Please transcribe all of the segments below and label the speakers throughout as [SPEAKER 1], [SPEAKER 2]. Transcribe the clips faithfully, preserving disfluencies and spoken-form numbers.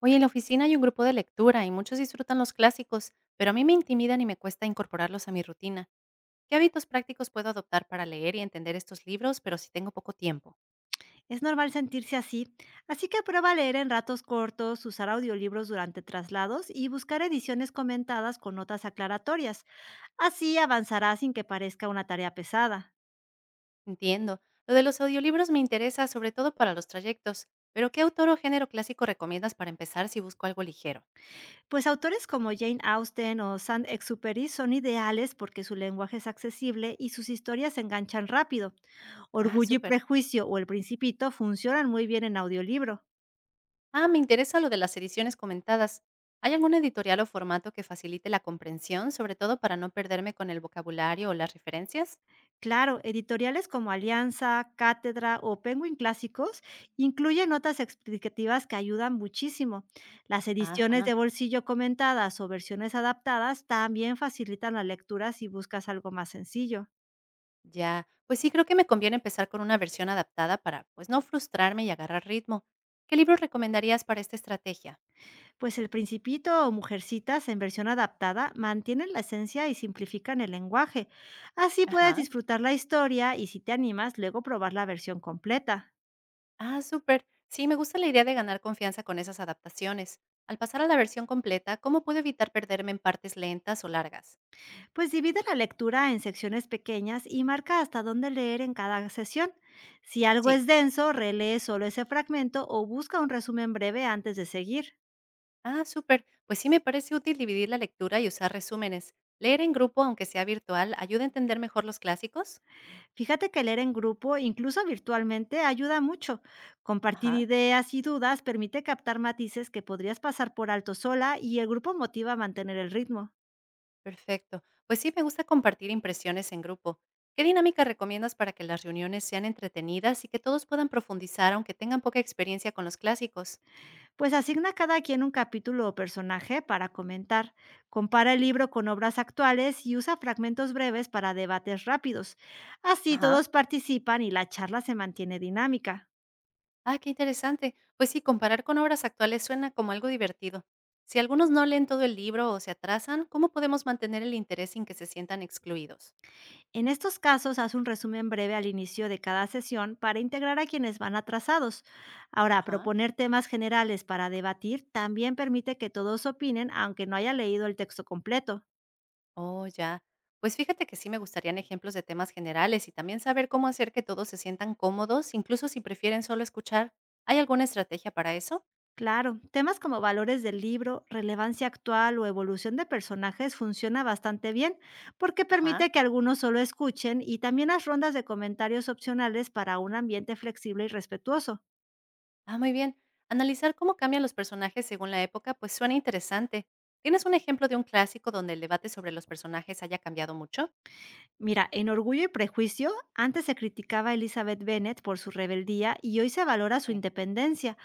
[SPEAKER 1] Oye, en la oficina hay un grupo de lectura y muchos disfrutan los clásicos, pero a mí me intimidan y me cuesta incorporarlos a mi rutina. ¿Qué hábitos prácticos puedo adoptar para leer y entender estos libros, pero si tengo poco tiempo?
[SPEAKER 2] Es normal sentirse así, así que prueba a leer en ratos cortos, usar audiolibros durante traslados y buscar ediciones comentadas con notas aclaratorias. Así avanzará sin que parezca una tarea pesada.
[SPEAKER 1] Entiendo. Lo de los audiolibros me interesa, sobre todo para los trayectos. Pero ¿qué autor o género clásico recomiendas para empezar si busco algo ligero?
[SPEAKER 2] Pues autores como Jane Austen o Saint-Exupéry son ideales porque su lenguaje es accesible y sus historias se enganchan rápido.
[SPEAKER 1] Ah,
[SPEAKER 2] Orgullo y
[SPEAKER 1] súper.
[SPEAKER 2] prejuicio o El Principito funcionan muy bien en audiolibro.
[SPEAKER 1] Ah, me interesa lo de las ediciones comentadas. ¿Hay algún editorial o formato que facilite la comprensión, sobre todo para no perderme con el vocabulario o las referencias?
[SPEAKER 2] Claro, editoriales como Alianza, Cátedra o Penguin Clásicos incluyen notas explicativas que ayudan muchísimo. Las ediciones
[SPEAKER 1] Ajá.
[SPEAKER 2] de bolsillo comentadas o versiones adaptadas también facilitan la lectura si buscas algo más sencillo.
[SPEAKER 1] Ya, pues sí, creo que me conviene empezar con una versión adaptada para, pues, no frustrarme y agarrar ritmo. ¿Qué libros recomendarías para esta estrategia?
[SPEAKER 2] Pues El Principito o Mujercitas en versión adaptada mantienen la esencia y simplifican el lenguaje. Así puedes
[SPEAKER 1] Ajá.
[SPEAKER 2] disfrutar la historia y si te animas, luego probar la versión completa.
[SPEAKER 1] Ah, súper. Sí, me gusta la idea de ganar confianza con esas adaptaciones. Al pasar a la versión completa, ¿cómo puedo evitar perderme en partes lentas o largas?
[SPEAKER 2] Pues divide la lectura en secciones pequeñas y marca hasta dónde leer en cada sesión. Si algo
[SPEAKER 1] Sí.
[SPEAKER 2] es denso, relee solo ese fragmento o busca un resumen breve antes de seguir.
[SPEAKER 1] Ah, súper. Pues sí, me parece útil dividir la lectura y usar resúmenes. Leer en grupo, aunque sea virtual, ayuda a entender mejor los clásicos.
[SPEAKER 2] Fíjate que leer en grupo, incluso virtualmente, ayuda mucho. Compartir
[SPEAKER 1] Ajá.
[SPEAKER 2] ideas y dudas permite captar matices que podrías pasar por alto sola y el grupo motiva a mantener el ritmo.
[SPEAKER 1] Perfecto. Pues sí, me gusta compartir impresiones en grupo. ¿Qué dinámica recomiendas para que las reuniones sean entretenidas y que todos puedan profundizar aunque tengan poca experiencia con los clásicos?
[SPEAKER 2] Pues asigna a cada quien un capítulo o personaje para comentar, compara el libro con obras actuales y usa fragmentos breves para debates rápidos. Así
[SPEAKER 1] Ajá.
[SPEAKER 2] todos participan y la charla se mantiene dinámica.
[SPEAKER 1] Ah, qué interesante. Pues sí, comparar con obras actuales suena como algo divertido. Si algunos no leen todo el libro o se atrasan, ¿cómo podemos mantener el interés sin que se sientan excluidos?
[SPEAKER 2] En estos casos, haz un resumen breve al inicio de cada sesión para integrar a quienes van atrasados. Ahora,
[SPEAKER 1] Ajá.
[SPEAKER 2] proponer temas generales para debatir también permite que todos opinen aunque no haya leído el texto completo.
[SPEAKER 1] Oh, ya. Pues fíjate que sí me gustarían ejemplos de temas generales y también saber cómo hacer que todos se sientan cómodos, incluso si prefieren solo escuchar. ¿Hay alguna estrategia para eso?
[SPEAKER 2] Claro, temas como valores del libro, relevancia actual o evolución de personajes funciona bastante bien porque
[SPEAKER 1] Ajá.
[SPEAKER 2] permite que algunos solo escuchen y también las rondas de comentarios opcionales para un ambiente flexible y respetuoso.
[SPEAKER 1] Ah, muy bien. Analizar cómo cambian los personajes según la época, pues suena interesante. ¿Tienes un ejemplo de un clásico donde el debate sobre los personajes haya cambiado mucho?
[SPEAKER 2] Mira, en Orgullo y Prejuicio, antes se criticaba a Elizabeth Bennet por su rebeldía y hoy se valora su
[SPEAKER 1] Sí.
[SPEAKER 2] independencia.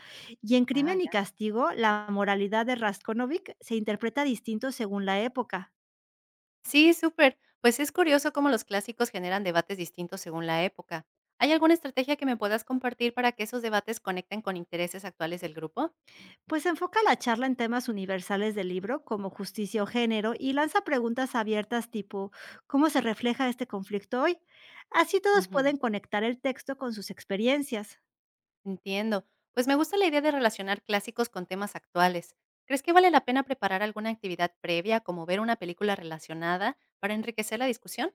[SPEAKER 2] Y en
[SPEAKER 1] Ah,
[SPEAKER 2] Crimen y
[SPEAKER 1] ya.
[SPEAKER 2] Castigo, la moralidad de Raskolnikov se interpreta distinto según la época.
[SPEAKER 1] Sí, súper. Pues es curioso cómo los clásicos generan debates distintos según la época. ¿Hay alguna estrategia que me puedas compartir para que esos debates conecten con intereses actuales del grupo?
[SPEAKER 2] Pues enfoca la charla en temas universales del libro, como justicia o género, y lanza preguntas abiertas tipo ¿cómo se refleja este conflicto hoy? Así todos
[SPEAKER 1] Ujú.
[SPEAKER 2] pueden conectar el texto con sus experiencias.
[SPEAKER 1] Entiendo. Pues me gusta la idea de relacionar clásicos con temas actuales. ¿Crees que vale la pena preparar alguna actividad previa, como ver una película relacionada, para enriquecer la discusión?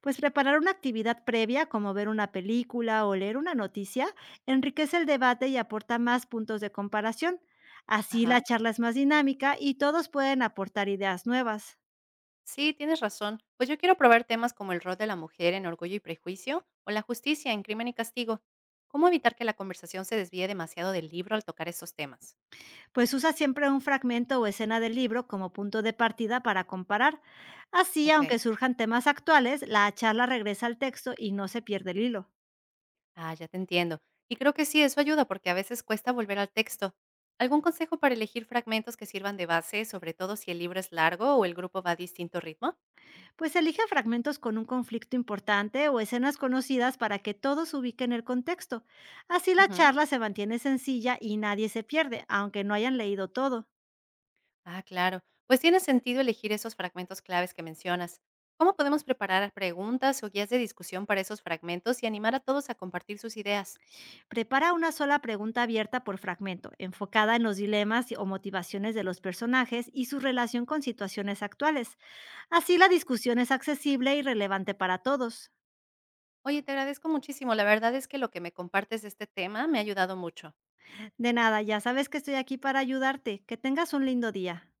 [SPEAKER 2] Pues preparar una actividad previa, como ver una película o leer una noticia, enriquece el debate y aporta más puntos de comparación. Así la
[SPEAKER 1] Ajá.
[SPEAKER 2] charla es más dinámica y todos pueden aportar ideas nuevas.
[SPEAKER 1] Sí, tienes razón. Pues yo quiero probar temas como el rol de la mujer en Orgullo y Prejuicio o la justicia en Crimen y Castigo. ¿Cómo evitar que la conversación se desvíe demasiado del libro al tocar esos temas?
[SPEAKER 2] Pues usa siempre un fragmento o escena del libro como punto de partida para comparar. Así,
[SPEAKER 1] Ok.
[SPEAKER 2] aunque surjan temas actuales, la charla regresa al texto y no se pierde el hilo.
[SPEAKER 1] Ah, ya te entiendo. Y creo que sí, eso ayuda porque a veces cuesta volver al texto. ¿Algún consejo para elegir fragmentos que sirvan de base, sobre todo si el libro es largo o el grupo va a distinto ritmo?
[SPEAKER 2] Pues elige fragmentos con un conflicto importante o escenas conocidas para que todos ubiquen el contexto. Así la
[SPEAKER 1] Ujú.
[SPEAKER 2] charla se mantiene sencilla y nadie se pierde, aunque no hayan leído todo.
[SPEAKER 1] Ah, claro. Pues tiene sentido elegir esos fragmentos claves que mencionas. ¿Cómo podemos preparar preguntas o guías de discusión para esos fragmentos y animar a todos a compartir sus ideas?
[SPEAKER 2] Prepara una sola pregunta abierta por fragmento, enfocada en los dilemas y- o motivaciones de los personajes y su relación con situaciones actuales. Así la discusión es accesible y relevante para todos.
[SPEAKER 1] Oye, te agradezco muchísimo. La verdad es que lo que me compartes de este tema me ha ayudado mucho.
[SPEAKER 2] De nada, ya sabes que estoy aquí para ayudarte. Que tengas un lindo día.